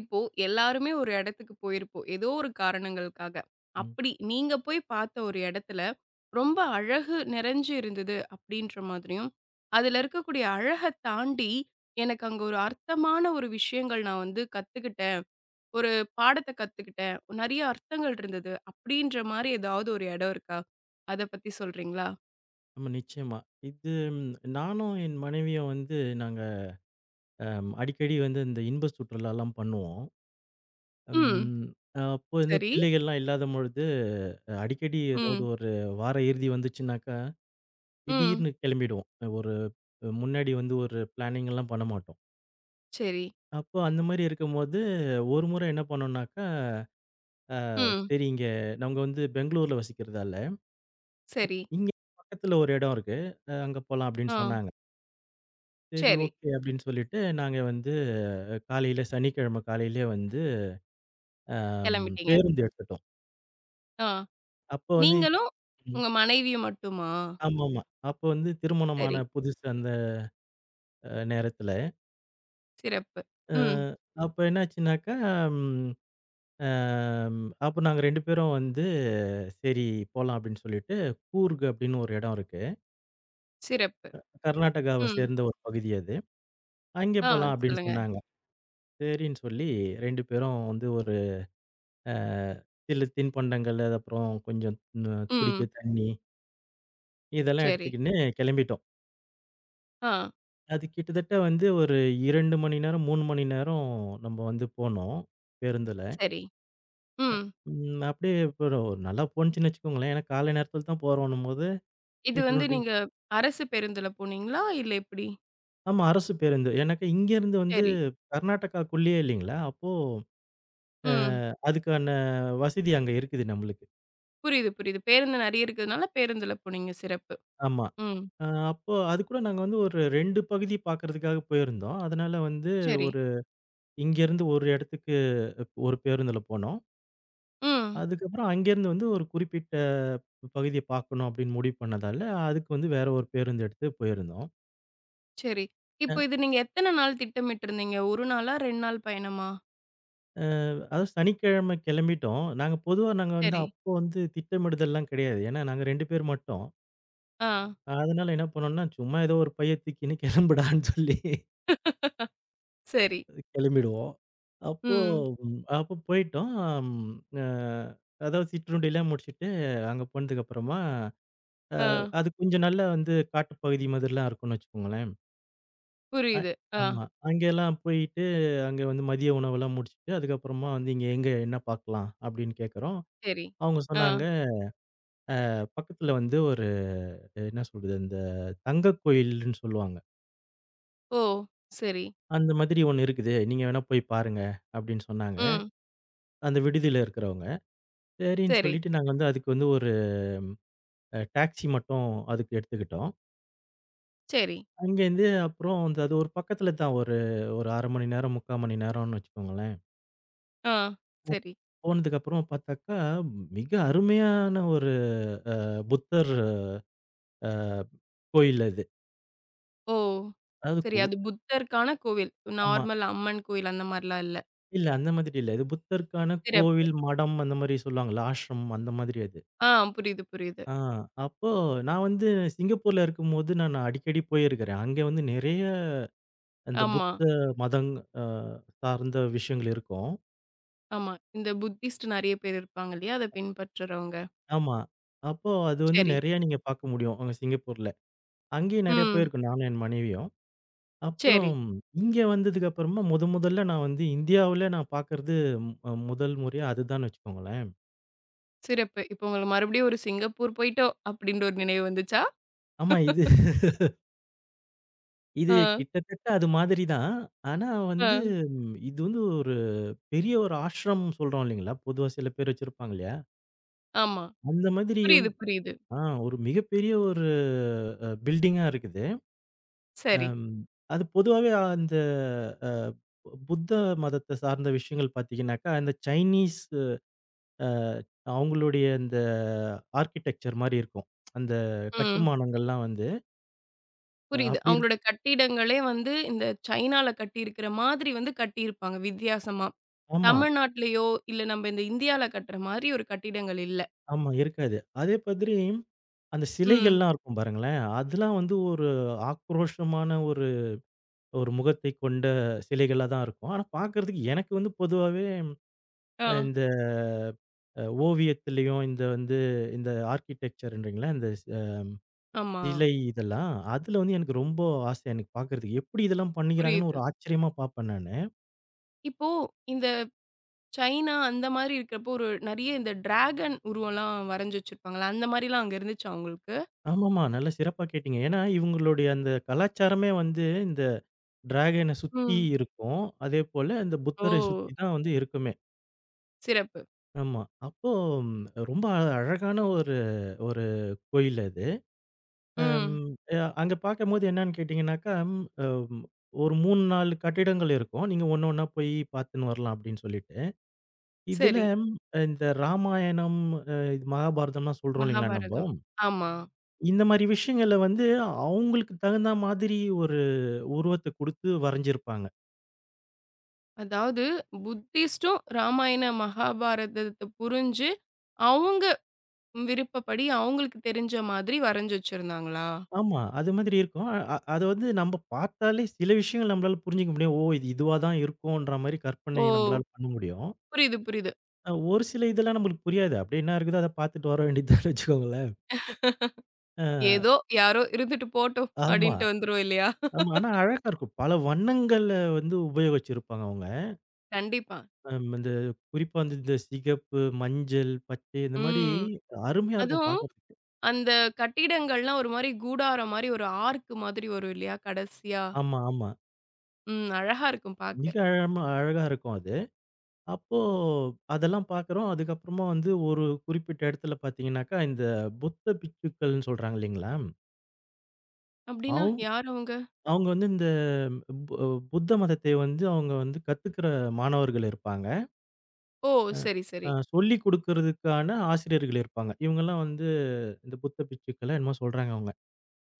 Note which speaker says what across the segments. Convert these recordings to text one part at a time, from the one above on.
Speaker 1: இப்போ எல்லாருமே ஒரு இடத்துக்கு போயிருப்போம். ஏதோ ஒரு காரணங்களுக்காக.
Speaker 2: ம்.
Speaker 1: அப்படி நீங்க போய் பார்த்த ஒரு இடத்துல, ரொம்ப அழகு நிறைஞ்சு இருந்தது அப்படின்ற மாதிரியும், அதுல இருக்கக்கூடிய அழக தாண்டி, எனக்கு அங்க ஒரு அர்த்தமான ஒரு விஷயங்கள் நான் வந்து கத்துக்கிட்டேன். ஒரு பாடத்த கத்துக்கிட்டேன். நெறைய அர்த்தங்கள் இருந்தது. அப்படின்ற மாரி ஏதாவது ஒரு இடம் இருக்கா? அத பத்தி சொல்றீங்களா?
Speaker 2: ஆமா நிச்சயமா. இது நானும் என் மனைவியும் வந்து நாங்க அடிக்கடி வந்து இந்த இன்ப சுற்றுலாலாம் பண்ணுவோம்.
Speaker 1: ம்.
Speaker 2: ம் அப்போ இந்த
Speaker 1: சரி.
Speaker 2: பிள்ளைகள்லாம் இல்லாத பொழுது அடிக்கடி ஏதாவது
Speaker 1: ம்.
Speaker 2: ஒரு வார இறுதி வந்துச்சுனாக்கா,
Speaker 1: ம்.
Speaker 2: திடீர்னு கிளம்பிடுவோம். ஒரு முன்னாடி வந்து ஒரு பிளானிங் எல்லாம் பண்ண மாட்டோம்.
Speaker 1: சரி.
Speaker 2: அப்போ அந்த மாரி இருக்கும்போது ஒரு முறை என்ன பண்ணோம்னாக்கா, அ
Speaker 1: ம்.
Speaker 2: சரி இங்க நாங்க வந்து பெங்களூர்ல வசிக்கிறதால,
Speaker 1: சரி.
Speaker 2: இங்க பக்கத்துல ஒரு இடம் இருக்கு. அங்க போலாம் அப்படின்னு
Speaker 1: ஆ.
Speaker 2: சொன்னாங்க. சரி
Speaker 1: சரி.
Speaker 2: ஓகே அப்படின்னு சொல்லிட்டு நாங்க வந்து சனிக்கிழமை காலையிலயே வந்து அம்
Speaker 1: கிளம்பிட்டீங்க.
Speaker 2: பேருந்து எடுத்துட்டோம்.
Speaker 1: ஆ.
Speaker 2: அப்போ வந்து.
Speaker 1: நீங்களும்,
Speaker 2: ம்.
Speaker 1: உங்க மனைவியும் மட்டுமா?
Speaker 2: ஆமாமா. அப்போ வந்து
Speaker 1: சரி,
Speaker 2: திருமணமான புதுசு அந்த நேரத்துல.
Speaker 1: சிறப்பு.
Speaker 2: அ
Speaker 1: ம்.
Speaker 2: அப்ப என்னாச்சுனாக்கா, ம் அம் அப்ப நாங்க 2 பேரும் வந்து சரி போலாம் அப்டின்னு சொல்லிட்டு, கூர்க் அப்டின்னு ஒரு இடம் இருக்கு.
Speaker 1: சிறப்பு.
Speaker 2: கர்நாடகாவ
Speaker 1: ம்.
Speaker 2: சேர்ந்த ஒரு பகுதி அது. அங்கே
Speaker 1: ஆ
Speaker 2: போலாம் அப்டின்னு
Speaker 1: சொல்லுங்க.
Speaker 2: சொன்னாங்க. சரின்னு சொல்லி 2 பேரும் வந்து ஒரு அ சில தின்பண்டங்கள், அது அப்புறம் கொஞ்சம் குடிக்க
Speaker 1: ம்.
Speaker 2: தண்ணி இதெல்லாம்
Speaker 1: சரி.
Speaker 2: எடுத்துக்கின்னு கிளம்பிட்டோம்.
Speaker 1: ஆ.
Speaker 2: அது கிட்டத்தட்ட வந்து ஒரு 2 மணி நேரம், 3 மணி நேரம் நம்ம வந்து போனோம், பேருந்துல.
Speaker 1: சரி. ம்.
Speaker 2: அப்படியே இப்போ ஒரு நல்லா போணுச்சுன்னு வச்சுக்கோங்களேன். ஏன்னா காலை நேரத்தில தான் போறோம்ன்னும்போது.
Speaker 1: இது வந்து நீங்க அரசு பேருந்துல போனீங்களா? இல்ல எப்படி?
Speaker 2: ஆமா அரசு பேருந்து. ஏன்னாக்கா இங்கேருந்து வந்து
Speaker 1: சரி.
Speaker 2: கர்நாடகாக்குள்ளேயே இல்லைங்களா, அப்போ அ
Speaker 1: ம்.
Speaker 2: அதுக்கான வசதி அங்க இருக்குது நம்மளுக்கு.
Speaker 1: புரியுது, புரியுது. பேருந்து நெறைய இருக்கிறதுனால பேருந்துல போனீங்க. சிறப்பு.
Speaker 2: ஆமா.
Speaker 1: ம்.
Speaker 2: அ அப்போ அதுக்கூட நாங்க வந்து ஒரு 2 பகுதி பார்க்கறதுக்காக போயிருந்தோம். அதனால வந்து
Speaker 1: சரி.
Speaker 2: ஒரு இங்கேருந்து ஒரு இடத்துக்கு ஒரு பேருந்துல போனோம்.
Speaker 1: ம்.
Speaker 2: அதுக்கப்புறம் அங்கேருந்து வந்து ஒரு குறிப்பிட்ட பகுதிய பார்க்கணும் அப்படின்னு முடிவு பண்ணதால, அதுக்கு வந்து வேற ஒரு பேருந்து எடுத்து போயிருந்தோம்.
Speaker 1: சரி.
Speaker 2: அ
Speaker 1: இப்போ இது நீங்க எத்தன நாள் திட்டமிட்டிருந்தீங்க? 1 நாளா? 2 நாள் பயணமா?
Speaker 2: அதுவும் சனிக்கிழமை கிளம்பிட்டோம். நாங்க பொதுவா வந்து
Speaker 1: சரி.
Speaker 2: அப்போ வந்து திட்டமிடுதல்லாம் கிடையாது. ஏன்னா நாங்க 2 பேர் மட்டும்.
Speaker 1: ஆ.
Speaker 2: அதனால என்ன பண்ணோம்னா, சும்மா ஏதோ ஒரு பைய தூக்கின்னு கிளம்புடான்னு சொல்லி
Speaker 1: சரி.
Speaker 2: கிளம்பிடுவோம். அப்போ
Speaker 1: ம்.
Speaker 2: அப்போ போயிட்டோம். அ அதாவது சிற்றுண்டிலாம் முடிச்சுட்டு, அங்க போனதுக்கப்புறமா,
Speaker 1: ஆ.
Speaker 2: அது கொஞ்சம் நல்லா வந்து காட்டுப்பகுதி மாதிரிலாம் இருக்கும்னு வச்சுக்கோங்களேன். அ
Speaker 1: புரியுது. ஆ.
Speaker 2: ஆமா. அங்கெல்லாம் போயிட்டு, அங்க வந்து மதிய உணவெல்லாம் முடிச்சுட்டு, அதுக்கப்புறமா வந்து இங்க எங்க என்ன பார்க்கலாம் அப்படின்னு கேட்கிறோம்.
Speaker 1: சரி.
Speaker 2: அவங்க
Speaker 1: ஆ.
Speaker 2: சொன்னாங்க, பக்கத்துல வந்து ஒரு என்ன சொல்றது, இந்த தங்க கோயில்ன்னு சொல்லுவாங்க.
Speaker 1: ஓ! சரி.
Speaker 2: அந்த மாதிரி ஒண்ணு இருக்குது. நீங்க வேணா போய் பாருங்க, அப்படின்னு சொன்னாங்க.
Speaker 1: ம்.
Speaker 2: அந்த விடுதியில இருக்கிறவங்க. சரின்னு
Speaker 1: சரி,
Speaker 2: சொல்லிட்டு நாங்க வந்து அதுக்கு வந்து ஒரு டாக்ஸி மட்டும் அதுக்கு எடுத்துக்கிட்டோம்.
Speaker 1: சரி.
Speaker 2: அங்கேருந்து அப்புறம் வந்து அது ஒரு பக்கத்துல தான் ஒரு ஒரு 1/2 மணி நேரம், 3/4 மணி நேரம்னு வச்சுக்கோங்களேன்.
Speaker 1: ஆ, சரி.
Speaker 2: போனதுக்கப்புறம் பார்த்தாக்கா, மிக அருமையான ஒரு அ புத்தர் அ கோயில் அது.
Speaker 1: ஓ!
Speaker 2: அதாவது
Speaker 1: சரி.
Speaker 2: கோ.
Speaker 1: அது புத்தருக்கான கோவில்.
Speaker 2: ஆமா.
Speaker 1: நார்மல் அம்மன் கோயில் அந்த மாரிலாம் இல்ல.
Speaker 2: இல்ல அந்த மாதிரி இல்ல. இது புத்தருக்கான
Speaker 1: சிறப்பு.
Speaker 2: கோவில், மடம் அந்த மாரி சொல்லுவாங்கல்ல. ஆஷ்ரம் அந்த மாதிரி அது.
Speaker 1: ஆ புரியுது, புரியுது.
Speaker 2: ஆ. அப்போ நான் வந்து சிங்கப்பூர்ல இருக்கும்போது நான் அடிக்கடி போயிருக்கிறேன். அங்க வந்து நெறைய அந்த
Speaker 1: ஆமா,
Speaker 2: புத்த மதங் அ சார்ந்த விஷயங்கள் இருக்கும்.
Speaker 1: ஆமா. இந்த புத்திஸ்ட் நெறைய பேர் இருப்பாங்க இல்லையா? அத பின்பற்றுறவங்க.
Speaker 2: ஆமா. அப்போ அது வந்து
Speaker 1: சரி.
Speaker 2: நெறைய நீங்க பார்க்க முடியும். அங்க சிங்கப்பூர்ல. அங்கேயும் நெறைய
Speaker 1: ம்.
Speaker 2: போயிருக்கோம் நானும் என் மனைவியும். அப்புறம்
Speaker 1: சரி.
Speaker 2: இங்க வந்ததுக்கு அப்புறமா முதல்ல நான் வந்து இந்தியாவுல நான் பார்க்கறது முதல் முறையா அதுதான்னு வச்சுக்கோங்களேன்.
Speaker 1: சிறப்பு. இப்ப உங்களுக்கு மறுபடியும் ஒரு சிங்கப்பூர் போயிட்டோம் அப்டின்ற ஒரு நினைவு வந்துச்சா?
Speaker 2: ஆமா. இது இது
Speaker 1: ஆ,
Speaker 2: கிட்டத்தட்ட அது மாதிரி தான். ஆனா வந்து
Speaker 1: ஆ.
Speaker 2: இது வந்து ஒரு பெரிய ஒரு ஆஷ்ரம் சொல்றோம் இல்லைங்களா? பொதுவா சில பேர் வச்சிருப்பாங்க இல்லையா?
Speaker 1: ஆமா.
Speaker 2: அந்த மாதிரி
Speaker 1: புரியுது,
Speaker 2: வந்து.
Speaker 1: புரியுது.
Speaker 2: ஆ. ஒரு மிகப்பெரிய ஒரு பில்டிங்கா இருக்குது.
Speaker 1: சரி.
Speaker 2: அம் அது பொதுவாவே அந்த அ புத்த மதத்த சார்ந்த விஷயங்கள் பார்த்தீங்கன்னாக்கா, அந்த சைனீஸ் அ அவங்களுடைய அந்த ஆர்க்கிடெக்சர் மாரி இருக்கும். அந்த
Speaker 1: ம்.
Speaker 2: கட்டுமானங்கள்லாம் வந்து அ
Speaker 1: புரியுது.
Speaker 2: அப்படி இருக்
Speaker 1: அவங்களோட கட்டிடங்களே வந்து இந்த சைனால கட்டியிருக்கிற மாதிரி வந்து கட்டியிருப்பாங்க வித்தியாசமா.
Speaker 2: ஆமா,
Speaker 1: தமிழ்நாட்டிலயோ, இல்ல நம்ம இந்த இந்தியால கட்டுற மாரி ஒரு கட்டிடங்கள் இல்ல.
Speaker 2: ஆமா இருக்காது. அதே மாதிரி அந்த
Speaker 1: ம்.
Speaker 2: சிலைகள்லாம் இருக்கும் பாருங்களேன். அதெல்லாம் வந்து ஒரு ஆக்ரோஷமான ஒரு ஒரு முகத்தை கொண்ட சிலைகளா தான் இருக்கும். ஆனா பார்க்கறதுக்கு எனக்கு வந்து பொதுவாவே
Speaker 1: ஆ.
Speaker 2: இந்த ஓவியத்திலயும், இந்த வந்து இந்த ஆர்க்கிடெக்சர்ன்றீங்களா, இந்த ஸ்
Speaker 1: ஆமா.
Speaker 2: சிலை இதெல்லாம், அதுல வந்து எனக்கு ரொம்ப ஆசை எனக்கு பார்க்கறதுக்கு. எப்படி இதெல்லாம் பண்ணிக்கிறாங்கன்னு
Speaker 1: புரியுது.
Speaker 2: ஒரு ஆச்சரியமா பார்ப்பேன் நானு.
Speaker 1: இப்போ இந்த சைனா அந்த மாரி இருக்கிறப்போ ஒரு நெறைய இந்த டிராகன் உருவம்லாம் வரைஞ்சு வச்சிருப்பாங்கல்ல, அந்த மாரிலாம் அங்க இருந்துச்சா உங்களுக்கு?
Speaker 2: ஆமாமா, நல்லா சிறப்பா கேட்டீங்க. ஏன்னா இவங்களுடைய அந்த கலாச்சாரமே வந்து இந்த டிராகன சுத்தி
Speaker 1: ம்.
Speaker 2: இருக்கும். அதேபோல இந்த
Speaker 1: ஓ!
Speaker 2: புத்தரை சுத்தி தான் வந்து இருக்குமே!
Speaker 1: சிறப்பு.
Speaker 2: ஆமா. அப்போ ம், ரொம்ப அழகான ஒரு ஒரு கோயில் அது. அம்
Speaker 1: ம்.
Speaker 2: அ அங்க பார்க்கும்போது என்னன்னு கேட்டீங்கன்னாக்கா, ம், அம் ஒரு 3, 4 கட்டிடங்கள் இருக்கும். நீங்க ஒண்ணு ஒண்ணா போய் பார்த்துன்னு வரலாம் அப்படின்னு சொல்லிட்டு. இதுல
Speaker 1: சரி.
Speaker 2: இந்த ராமாயணம், இது மகாபாரதம்லாம் சொல்றோம் இல்லைங்களா நம்போ.
Speaker 1: மகாபாரதம். ஆமா.
Speaker 2: இந்த மாரி விஷயங்கள வந்து அவங்களுக்கு தகுந்த மாதிரி ஒரு உருவத்த குடுத்து வரைஞ்சிருப்பாங்க.
Speaker 1: அதாவது புத்திஸ்டும் ராமாயண மகாபாரதத்த புரிஞ்சு, அவங்க விருப்பப்படி அவங்களுக்கு தெரிஞ்ச மாதிரி வரைஞ்சு வச்சிருந்தாங்களா?
Speaker 2: ஆமா. அது மாதிரி இருக்கும். அ அ அது வந்து நம்ப பார்த்தாலே சில விஷயங்கள் நம்மளால புரிஞ்சுக்க முடியும். ஓ! இதுவா தான் இருக்குன்ற மாரி
Speaker 1: ஓ!
Speaker 2: கற்பனை நம்மளால பண்ண முடியும்.
Speaker 1: புரியுது, புரியுது.
Speaker 2: ஒரு சில இதெல்லாம் நம்மளுக்கு புரியாது. அப்படியே என்ன இருக்குதோ அத பார்த்துட்டு வர வேண்டியதுதான்னு வச்சுக்கோங்களேன். அ
Speaker 1: ஏதோ யாரோ இருந்துட்டு போட்டும்
Speaker 2: ஆமா.
Speaker 1: அப்டின்ட்டு வந்துரும் இல்லையா?
Speaker 2: ஆமா. ஆனா அழகா இருக்கும். பல வண்ணங்கள்ல வந்து உபயோகிச்சிருப்பாங்க அவங்க.
Speaker 1: கண்டிப்பா.
Speaker 2: இந்த குறிப்பா வந்து இந்த சிகப்பு, மஞ்சள், பச்சை இந்த மாரி
Speaker 1: ம்.
Speaker 2: அருமையா இருக்கும்
Speaker 1: அதுவும்
Speaker 2: பார்க்கறதுக்கு.
Speaker 1: அந்த கட்டிடங்கள்லாம் ஒரு மாரி கூடாரம் மாரி ஒரு ஆர்க் மாதிரி வரும் இல்லையா? கடைசியா.
Speaker 2: ஆமா, ஆமா.
Speaker 1: ம். அழகா இருக்கும் பாக்க.
Speaker 2: மிக அழகா இருக்கும் அது. அப்போ அதெல்லாம் பார்க்குறோம். அதுக்கப்புறமா வந்து ஒரு குறிப்பிட்ட இடத்துல பார்த்தீங்கன்னாக்கா, இந்த புத்த பிட்சுக்கள்ன்னு சொல்றாங்க இல்லைங்களா?
Speaker 1: அப்டின்னா
Speaker 2: அவ்
Speaker 1: யார் அவங்க?
Speaker 2: அவங்க வந்து இந்த பு புத்த மதத்தை வந்து அவங்க வந்து கத்துக்கிற மாணவர்கள் இருப்பாங்க.
Speaker 1: ஓ!
Speaker 2: அ
Speaker 1: சரி,
Speaker 2: அ
Speaker 1: சரி.
Speaker 2: சொல்லிக் குடுக்கறதுக்கான ஆசிரியர்கள் இருப்பாங்க. இவங்கலாம் வந்து இந்த புத்த பிட்சுக்களோ என்னமோ சொல்றாங்க அவங்க.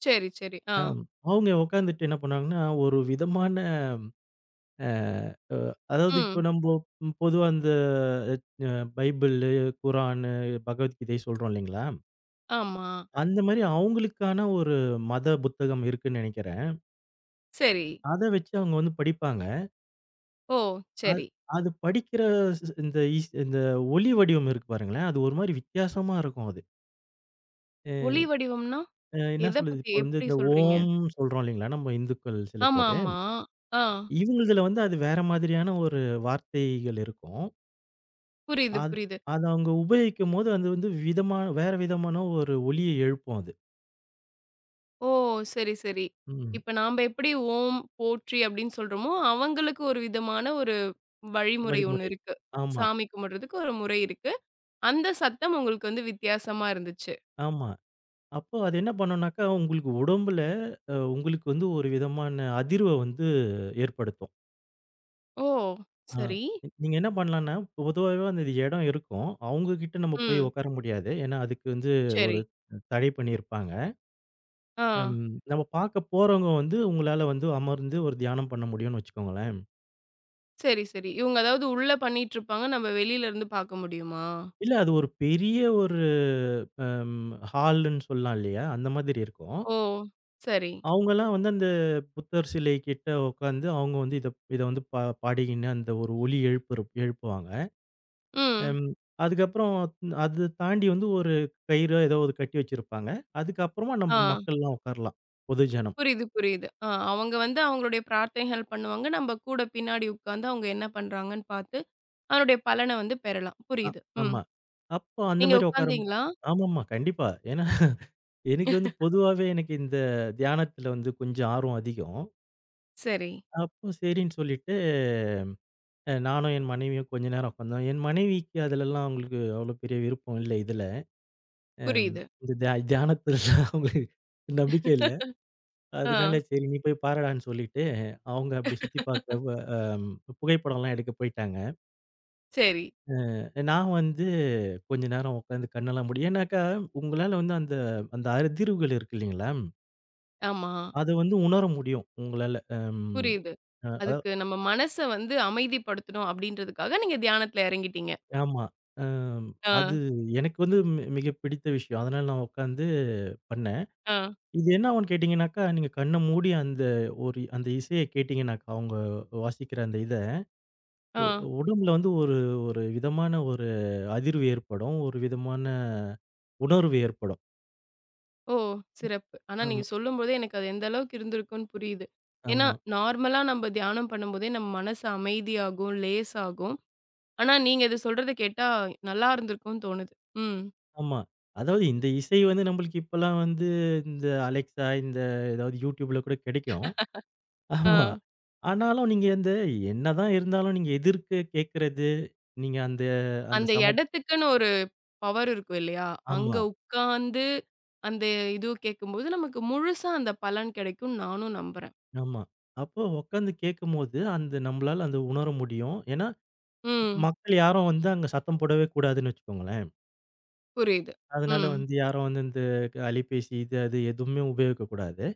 Speaker 1: சரி, சரி. ஆ.
Speaker 2: அம் அவங்க உட்காந்துட்டு என்ன பண்ணாங்கன்னா, ஒரு விதமான அ அ அதாவது இப்போ
Speaker 1: ம்.
Speaker 2: நம்போ பொதுவா அந்த அ பைபிளு, குரானு, பகவத்கீதை சொல்றோம் இல்லைங்களா?
Speaker 1: ஆமா.
Speaker 2: அந்த மாரி அவங்களுக்கான ஒரு மத புத்தகம் இருக்குன்னு நெனைக்கிறேன்.
Speaker 1: சரி.
Speaker 2: அத வச்சு அவங்க வந்து படிப்பாங்க.
Speaker 1: ஓ!
Speaker 2: அது
Speaker 1: சரி.
Speaker 2: அது படிக்கிற ஸ் இந்த இஸ் இந்த ஒலி வடிவம் இருக்கு பாருங்களேன், அது ஒரு மாரி வித்தியாசமா இருக்கும் அது.
Speaker 1: ஒளி வடிவம்னா
Speaker 2: என்ன
Speaker 1: எத
Speaker 2: சொல்லுது,
Speaker 1: பத்தி?
Speaker 2: இப்போ வந்து
Speaker 1: எப்டி
Speaker 2: இந்த
Speaker 1: சொல்றீங்க?
Speaker 2: ஓம் சொல்றோம் இல்லைங்களா, நம்ம இந்துக்கள் சில
Speaker 1: ஆமா,
Speaker 2: பேரு.
Speaker 1: ஆமா. ஆ.
Speaker 2: இவங்களுதுல வந்து அது வேற மாதிரியான ஒரு வார்த்தைகள் இருக்கும்.
Speaker 1: புரியுது,
Speaker 2: அது
Speaker 1: புரியுது.
Speaker 2: அத அவங்க உபயோகிக்கும்போது, அது வந்து வேற விதமான ஒரு ஒலிய எழுப்பும் அது.
Speaker 1: ஓ! சரி, சரி.
Speaker 2: ம்.
Speaker 1: இப்ப நாம்ப எப்படி ஓம், போற்றி அப்படின்னு சொல்றோமோ, அவங்களுக்கு ஒரு விதமான ஒரு வழிமுறை ஒண்ணு
Speaker 2: வழிமுறை.
Speaker 1: இருக்கு.
Speaker 2: ஆமா,
Speaker 1: சாமி கும்பிடுறதுக்கு ஒரு முறை இருக்கு. அந்த சத்தம் உங்களுக்கு வந்து வித்தியாசமா இருந்துச்சு.
Speaker 2: ஆமா. அப்போ அது என்ன பண்ணும்னாக்கா, உங்களுக்கு உடம்புல உங்களுக்கு வந்து ஒரு விதமான அதிர்வ வந்து ஏற்படுத்தும்.
Speaker 1: ஓ!
Speaker 2: அ
Speaker 1: சரி.
Speaker 2: நீங்க என்ன பண்ணலான்னா, பொதுவாவே அந்த இது இடம் இருக்கும். அவங்க கிட்ட நம்ம போய்
Speaker 1: ம்.
Speaker 2: உட்கார முடியாது. ஏன்னா, அதுக்கு வந்து
Speaker 1: சரி.
Speaker 2: ஒரு தடை பண்ணியிருப்பாங்க.
Speaker 1: ஆ.
Speaker 2: ம் நம்ம பார்க்க போறவங்க வந்து உங்களால வந்து அமர்ந்து ஒரு தியானம் பண்ண முடியும்னு வச்சுக்கோங்களேன்.
Speaker 1: சரி, சரி. இவங்க அதாவது உள்ள பண்ணிட்டுருப்பாங்க. நம்ம வெளியில இருந்து பார்க்க முடியுமா?
Speaker 2: இல்ல அது ஒரு பெரிய ஒரு அம் ஹால்ன்னு சொல்லலாம் இல்லையா? அந்த மாதிரி இருக்கும்.
Speaker 1: ஓ! சரி.
Speaker 2: அவங்கலாம் வந்து அந்த புத்தர் சிலை கிட்ட உட்காந்து, அவங்க வந்து இத இத வந்து பாடிக்கின்னு அந்த ஒரு ஒலி எழுப்புவாங்க.
Speaker 1: ம்.
Speaker 2: ம். அதுக்கப்புறம் அது தாண்டி வந்து ஒரு கயிறோ ஏதோ ஒரு கட்டி வச்சிருப்பாங்க. அதுக்கப்புறமா நம்ம
Speaker 1: ஆ.
Speaker 2: மக்கள்லாம் உட்காரலாம். பொதுஜனம்.
Speaker 1: புரியுது, புரியுது. ஆ அவங்க வந்து அவங்களுடைய பிரார்த்தனைகள் பண்ணுவாங்க. நம்ம கூட பின்னாடி உட்கார்ந்து அவங்க என்ன பண்றாங்கன்னு பார்த்து அதனுடைய பலன வந்து பெறலாம்.
Speaker 2: அ
Speaker 1: புரியுது. ம்.
Speaker 2: ஆமா. அப்போ அந்த
Speaker 1: நீங்க
Speaker 2: மாரி உட்காரும்.
Speaker 1: உட்காந்தீங்களா?
Speaker 2: ஆமாமா. கண்டிப்பா. ஏன்னா எனக்கு வந்து பொதுவாவே எனக்கு இந்த தியானத்துல வந்து கொஞ்சம் ஆர்வம் அதிகம்.
Speaker 1: சரி.
Speaker 2: அப்போ சரின்னு சொல்லிட்டு, நானும் என் மனைவியும் கொஞ்ச நேரம் உட்காந்தோம். என் மனைவிக்கு அதுலலாம் அவங்களுக்கு அவ்வளோ பெரிய விருப்பம் இல்ல இதுல. அம்
Speaker 1: புரியுது.
Speaker 2: இந்த தியானத்துலலாம் அவங்களுக்கு நம்பிக்கை இல்ல.
Speaker 1: ஆ.
Speaker 2: அதனால சரி நீ போய் பாருடான்னு சொல்லிட்டு, அவங்க அப்படி சுத்தி பார்க்க வ அம் புகைப்படம்லாம் எடுக்க போயிட்டாங்க.
Speaker 1: சரி.
Speaker 2: நான் வந்து கொஞ்ச நேரம் உட்காந்து கண்ணெல்லாம் மூடி ஏன்னாக்கா உங்களால வந்து அந்த அந்த அதிர்வுகள் இருக்கு இல்லைங்களா?
Speaker 1: ஆமா.
Speaker 2: அத வந்து உணர முடியும் உங்களால. அம்
Speaker 1: புரியுது.
Speaker 2: அ அதா
Speaker 1: அதுக்கு நம்ம மனச வந்து அமைதிப்படுத்தணும் அப்படின்றதுக்காக நீங்க தியானத்துல இறங்கிட்டீங்க.
Speaker 2: ஆமா. அம்
Speaker 1: ஆ,
Speaker 2: அது எனக்கு வந்து மிக பிடித்த விஷயம். அதனால நான் உட்காந்து பண்ணேன்.
Speaker 1: ஆ,
Speaker 2: இது என்ன ஆகும்ன்னு கேட்டீங்கன்னாக்கா, நீங்க கண்ண மூடி அந்த ஒரு அந்த இசைய கேட்டீங்கன்னாக்கா, அவங்க வாசிக்கிற அந்த இத
Speaker 1: ஆ.
Speaker 2: உ உடம்புல வந்து ஒரு ஒரு விதமான ஒரு அதிர்வு ஏற்படும். ஒரு விதமான உணர்வு ஏற்படும்.
Speaker 1: ஓ! சிறப்பு. ஆனா
Speaker 2: ஆமா,
Speaker 1: நீங்க சொல்லும்போதே எனக்கு அது எந்த அளவுக்கு இருந்திருக்கும்னு புரியுது. ஏன்னா,
Speaker 2: ஆமா,
Speaker 1: நார்மலா நம்ம தியானம் பண்ணும்போதே நம்ம மனசு அமைதியாகும், லேசாகும். ஆனா, நீங்க இத சொல்றத கேட்டா நல்லா இருந்திருக்கும்னு தோணுது. ம்.
Speaker 2: ஆமா. அதாவது இந்த இசை வந்து நம்மளுக்கு இப்பலாம் வந்து இந்த Alexa இந்த ஏதாவது YouTubeல கூட கிடைக்கும்.
Speaker 1: ஆ.
Speaker 2: ஆமா. ஆனாலும் நீங்க இந்த என்னதான் இருந்தாலும் நீங்க எதிர்க்க கேட்கறது, நீங்க அந்த அந்த
Speaker 1: அந்த
Speaker 2: சம
Speaker 1: இடத்துக்குன்னு ஒரு பவர் இருக்கும் இல்லையா? அங்க
Speaker 2: ஆமா,
Speaker 1: உட்கார்ந்து அந்த இதுவ கேட்கும்போது, நமக்கு முழுசா அந்த பலன் கிடைக்கும்னு நானும் நம்புறேன்.
Speaker 2: ஆமா. அப்போ உட்காந்து கேட்கும்போது அந்த நம்மளால அந்த உணர முடியும். ஏன்னா
Speaker 1: ம்.
Speaker 2: மக்கள் யாரும் வந்து அங்க சத்தம் போடவே கூடாதுன்னு வச்சுக்கோங்களேன்.
Speaker 1: புரியுது.
Speaker 2: அதனால
Speaker 1: ம்.
Speaker 2: வந்து யாரும் வந்து இந்த அலைபேசி இது, அது எதுவுமே உபயோகிக்கக்கூடாது.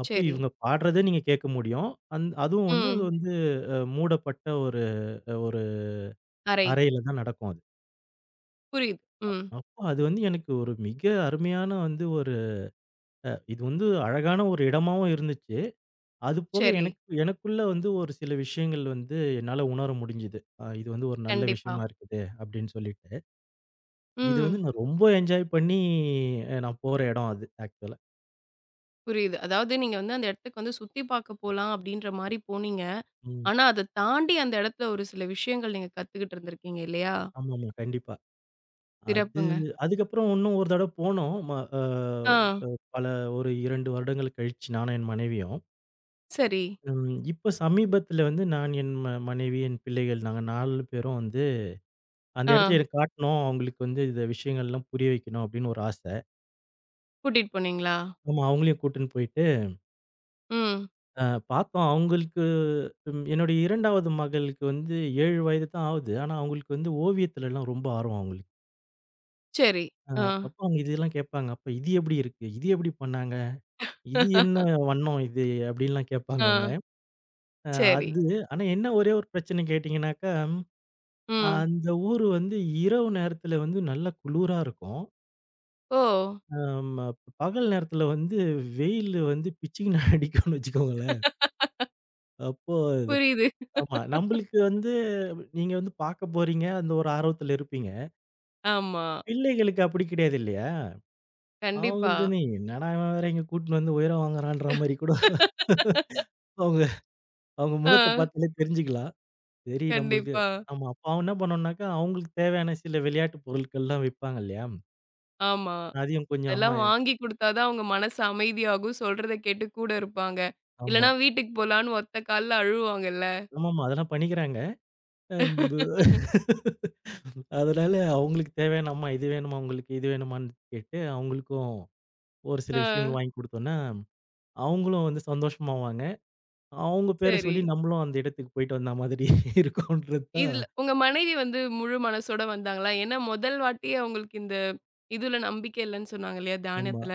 Speaker 2: அப்போ
Speaker 1: சரி.
Speaker 2: இவங்க பாடுறத நீங்க கேட்க முடியும். அதுவும் வந்து அது
Speaker 1: ம்.
Speaker 2: வந்து மூடப்பட்ட ஒரு ஒரு
Speaker 1: அறை.
Speaker 2: அறையில தான் நடக்கும் அது.
Speaker 1: புரியுது. ம்.
Speaker 2: அப்போ அது வந்து எனக்கு ஒரு மிக அருமையான வந்து ஒரு இது வந்து அழகான ஒரு இடமாவும் இருந்துச்சு. அதுபோக
Speaker 1: சரி.
Speaker 2: எனக்கு எனக்குள்ள வந்து ஒரு சில விஷயங்கள் வந்து என்னால உணர முடிஞ்சுது. இது வந்து ஒரு நல்ல
Speaker 1: கண்டிப்பா.
Speaker 2: விஷயமா இருக்குது அப்படின்னு சொல்லிட்டு. இது வந்து
Speaker 1: ம்.
Speaker 2: நான் ரொம்ப என்ஜாய் பண்ணி நான் போற இடம் அது ஆக்சுவலா.
Speaker 1: புரியுது. அதாவது நீங்க வந்து அந்த இடத்துக்கு வந்து சுத்தி பார்க்க போலாம் அப்படின்ற மாரி போனீங்க.
Speaker 2: ம்.
Speaker 1: ஆனா, அத தாண்டி அந்த இடத்துல ஒரு சில விஷயங்கள் நீங்க கத்துக்கிட்டு இருந்திருக்கீங்க இல்லையா?
Speaker 2: ஆமாமா. கண்டிப்பா. அது
Speaker 1: சிறப்புங்க.
Speaker 2: அதுக்கப்புறம் இன்னும் ஒரு தடவ போனோம். ம அ
Speaker 1: ஆ.
Speaker 2: அ பல ஒரு 2 வருடங்கள் கழிச்சு நானும் என் மனைவியும்.
Speaker 1: சரி.
Speaker 2: இப்ப சமீபத்தில வந்து நான், என் மனைவி, என் பிள்ளைகள் நாங்க 4 பேரும் வந்து அந்த
Speaker 1: ஆ.
Speaker 2: இடத்த எனக்கு காட்டணும். அவங்களுக்கு வந்து இந்த விஷயங்கள்லாம் புரிய வைக்கணும் அப்படின்னு ஒரு ஆசை.
Speaker 1: கூட்டிட்டு போனீங்களா?
Speaker 2: ஆமா அவங்களையும் கூட்டுன்னு போயிட்டு
Speaker 1: ம்.
Speaker 2: அ பார்த்தோம். அவங்களுக்கு என்னுடைய 2வது மகளுக்கு வந்து 7 வயது தான் ஆகுது. ஆனா அவங்களுக்கு வந்து ஓவியத்துலலாம் ரொம்ப ஆர்வம் அவங்களுக்கு.
Speaker 1: சரி.
Speaker 2: அ
Speaker 1: ஆ.
Speaker 2: அப்போ அவங்க இதெல்லாம் கேட்பாங்க. அப்ப இது எப்படி இருக்கு? இது எப்படி பண்ணாங்க? இது என்ன வண்ணம் இது? அப்படின்லாம் கேட்பாங்க
Speaker 1: ஆ.
Speaker 2: அவங்க. அ
Speaker 1: சரி.
Speaker 2: அது ஆனா என்ன ஒரே ஒரு பிரச்சனை கேட்டீங்கன்னாக்கா,
Speaker 1: ம்.
Speaker 2: அந்த ஊர் வந்து இரவு நேரத்தில வந்து நல்லா குளுரா இருக்கும்.
Speaker 1: ஓ!
Speaker 2: ஆமா. பகல் நேரத்தில வந்து வெயில் வந்து பிச்சுக்குன்னு அடிக்கும்னு வச்சுக்கோங்களேன். அப்போ இது
Speaker 1: புரியுது.
Speaker 2: ஆமா. நம்மளுக்கு வந்து நீங்க வந்து பார்க்க போறீங்க. அந்த ஒரு ஆர்வத்தில இருப்பீங்க.
Speaker 1: ஆமா.
Speaker 2: பிள்ளைகளுக்கு அப்படி கிடையாது இல்லையா?
Speaker 1: கண்டிப்பா.
Speaker 2: அவங்களுக்கு வந்து என்னடா இவன் வேற இங்க கூட்டின்னு வந்து உயிர வாங்குறான்ற மாரி கூட அவங்க அவங்க
Speaker 1: ஆ,
Speaker 2: முகத்த பார்த்தாலே தெரிஞ்சுக்கலாம். சரி நம்மளுக்கு.
Speaker 1: கண்டிப்பா.
Speaker 2: ஆமா. அப்ப அவன் என்ன பண்ணோம்னாக்கா, அவங்களுக்கு தேவையான சில விளையாட்டு பொருட்கள்லாம் விப்பாங்க இல்லையா?
Speaker 1: ஆமா.
Speaker 2: அதையும் கொஞ்சம் அம்மா.
Speaker 1: அதெல்லாம் வாங்கி குடுத்தா தான் அவங்க மனசு அமைதியாகும். சொல்றத கேட்டு கூட இருப்பாங்க.
Speaker 2: ஆமா.
Speaker 1: இல்லன்னா வீட்டுக்கு போலான்னு ஒத்த கால்ல அழுவாங்கல்ல.
Speaker 2: ஆமாமா. அதெல்லாம் பண்ணிக்கிறாங்க. அம்பு அதனால அவங்களுக்கு தேவையான, "அம்மா இது வேணுமா உங்களுக்கு? இது வேணுமான்னு?" கேட்டு அவங்களுக்கும் ஒரு சில
Speaker 1: ஆ,
Speaker 2: விஷயங்கள் வாங்கி குடுத்தோம்னா, அவங்களும் வந்து சந்தோஷமாவாங்க. அவங்க பேர
Speaker 1: சரி.
Speaker 2: சொல்லி நம்மளும் அந்த இடத்துக்கு போயிட்டு வந்த மாதிரி இருக்கும்ன்றது தான்.
Speaker 1: இதுல உங்க மனைவி வந்து முழு மனசோட வந்தாங்களா? ஏன்னா முதல் வாட்டியே அவங்களுக்கு இந்த இதுல நம்பிக்கை இல்லன்னு சொன்னாங்க இல்லையா?
Speaker 2: ஆமா.
Speaker 1: தியானத்துல.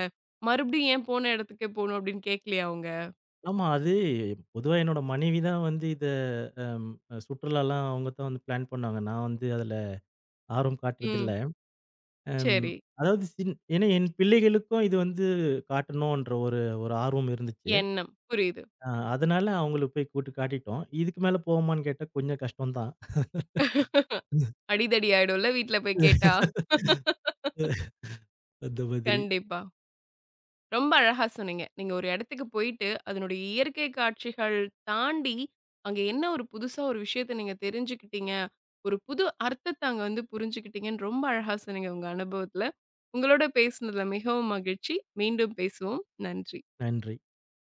Speaker 1: மறுபடியும் ஏன் போன இடத்துக்கே போணும் அப்படின்னு கேட்கலையா அவங்க?
Speaker 2: ஆமா. அது பொதுவா என்னோட மனைவி தான் வந்து இத அம் சுற்றுலாலாம் அவங்க தான் வந்து பிளான் பண்ணுவாங்க. நான் வந்து அதுல ஆர்வம் காட்டுறதில்ல.
Speaker 1: ம்.
Speaker 2: அம்
Speaker 1: சரி.
Speaker 2: அதாவது ஏன்னா என் பிள்ளைகளுக்கும் இது வந்து காட்டணுன்ற ஒரு ஒரு ஆர்வம் இருந்துச்சு.
Speaker 1: எண்ணம். புரியுது.
Speaker 2: அ அதனால அவங்கள போய் கூட்டு காட்டிட்டோம். இதுக்கு மேல போவோமான்னு கேட்டா கொஞ்சம் கஷ்டம் தான்.
Speaker 1: அடிதடி ஆயிடும்ல வீட்ல போய் கேட்டா.
Speaker 2: அந்த மாதிரி.
Speaker 1: கண்டிப்பா. ரொம்ப அழகா சொன்னீங்க. நீங்க ஒரு இடத்துக்கு போயிட்டு, அதனுடைய இயற்கை காட்சிகள் தாண்டி, அங்க என்ன ஒரு புதுசா ஒரு விஷயத்த நீங்க தெரிஞ்சுக்கிட்டீங்க. ஒரு புது அர்த்தத்த அங்க வந்து புரிஞ்சுக்கிட்டீங்கன்னு ரொம்ப அழகா சொன்னீங்க உங்க அனுபவத்துல. உங்களோட பேசினதுல மிகவும் மகிழ்ச்சி. மீண்டும் பேசுவோம். நன்றி.
Speaker 2: நன்றி.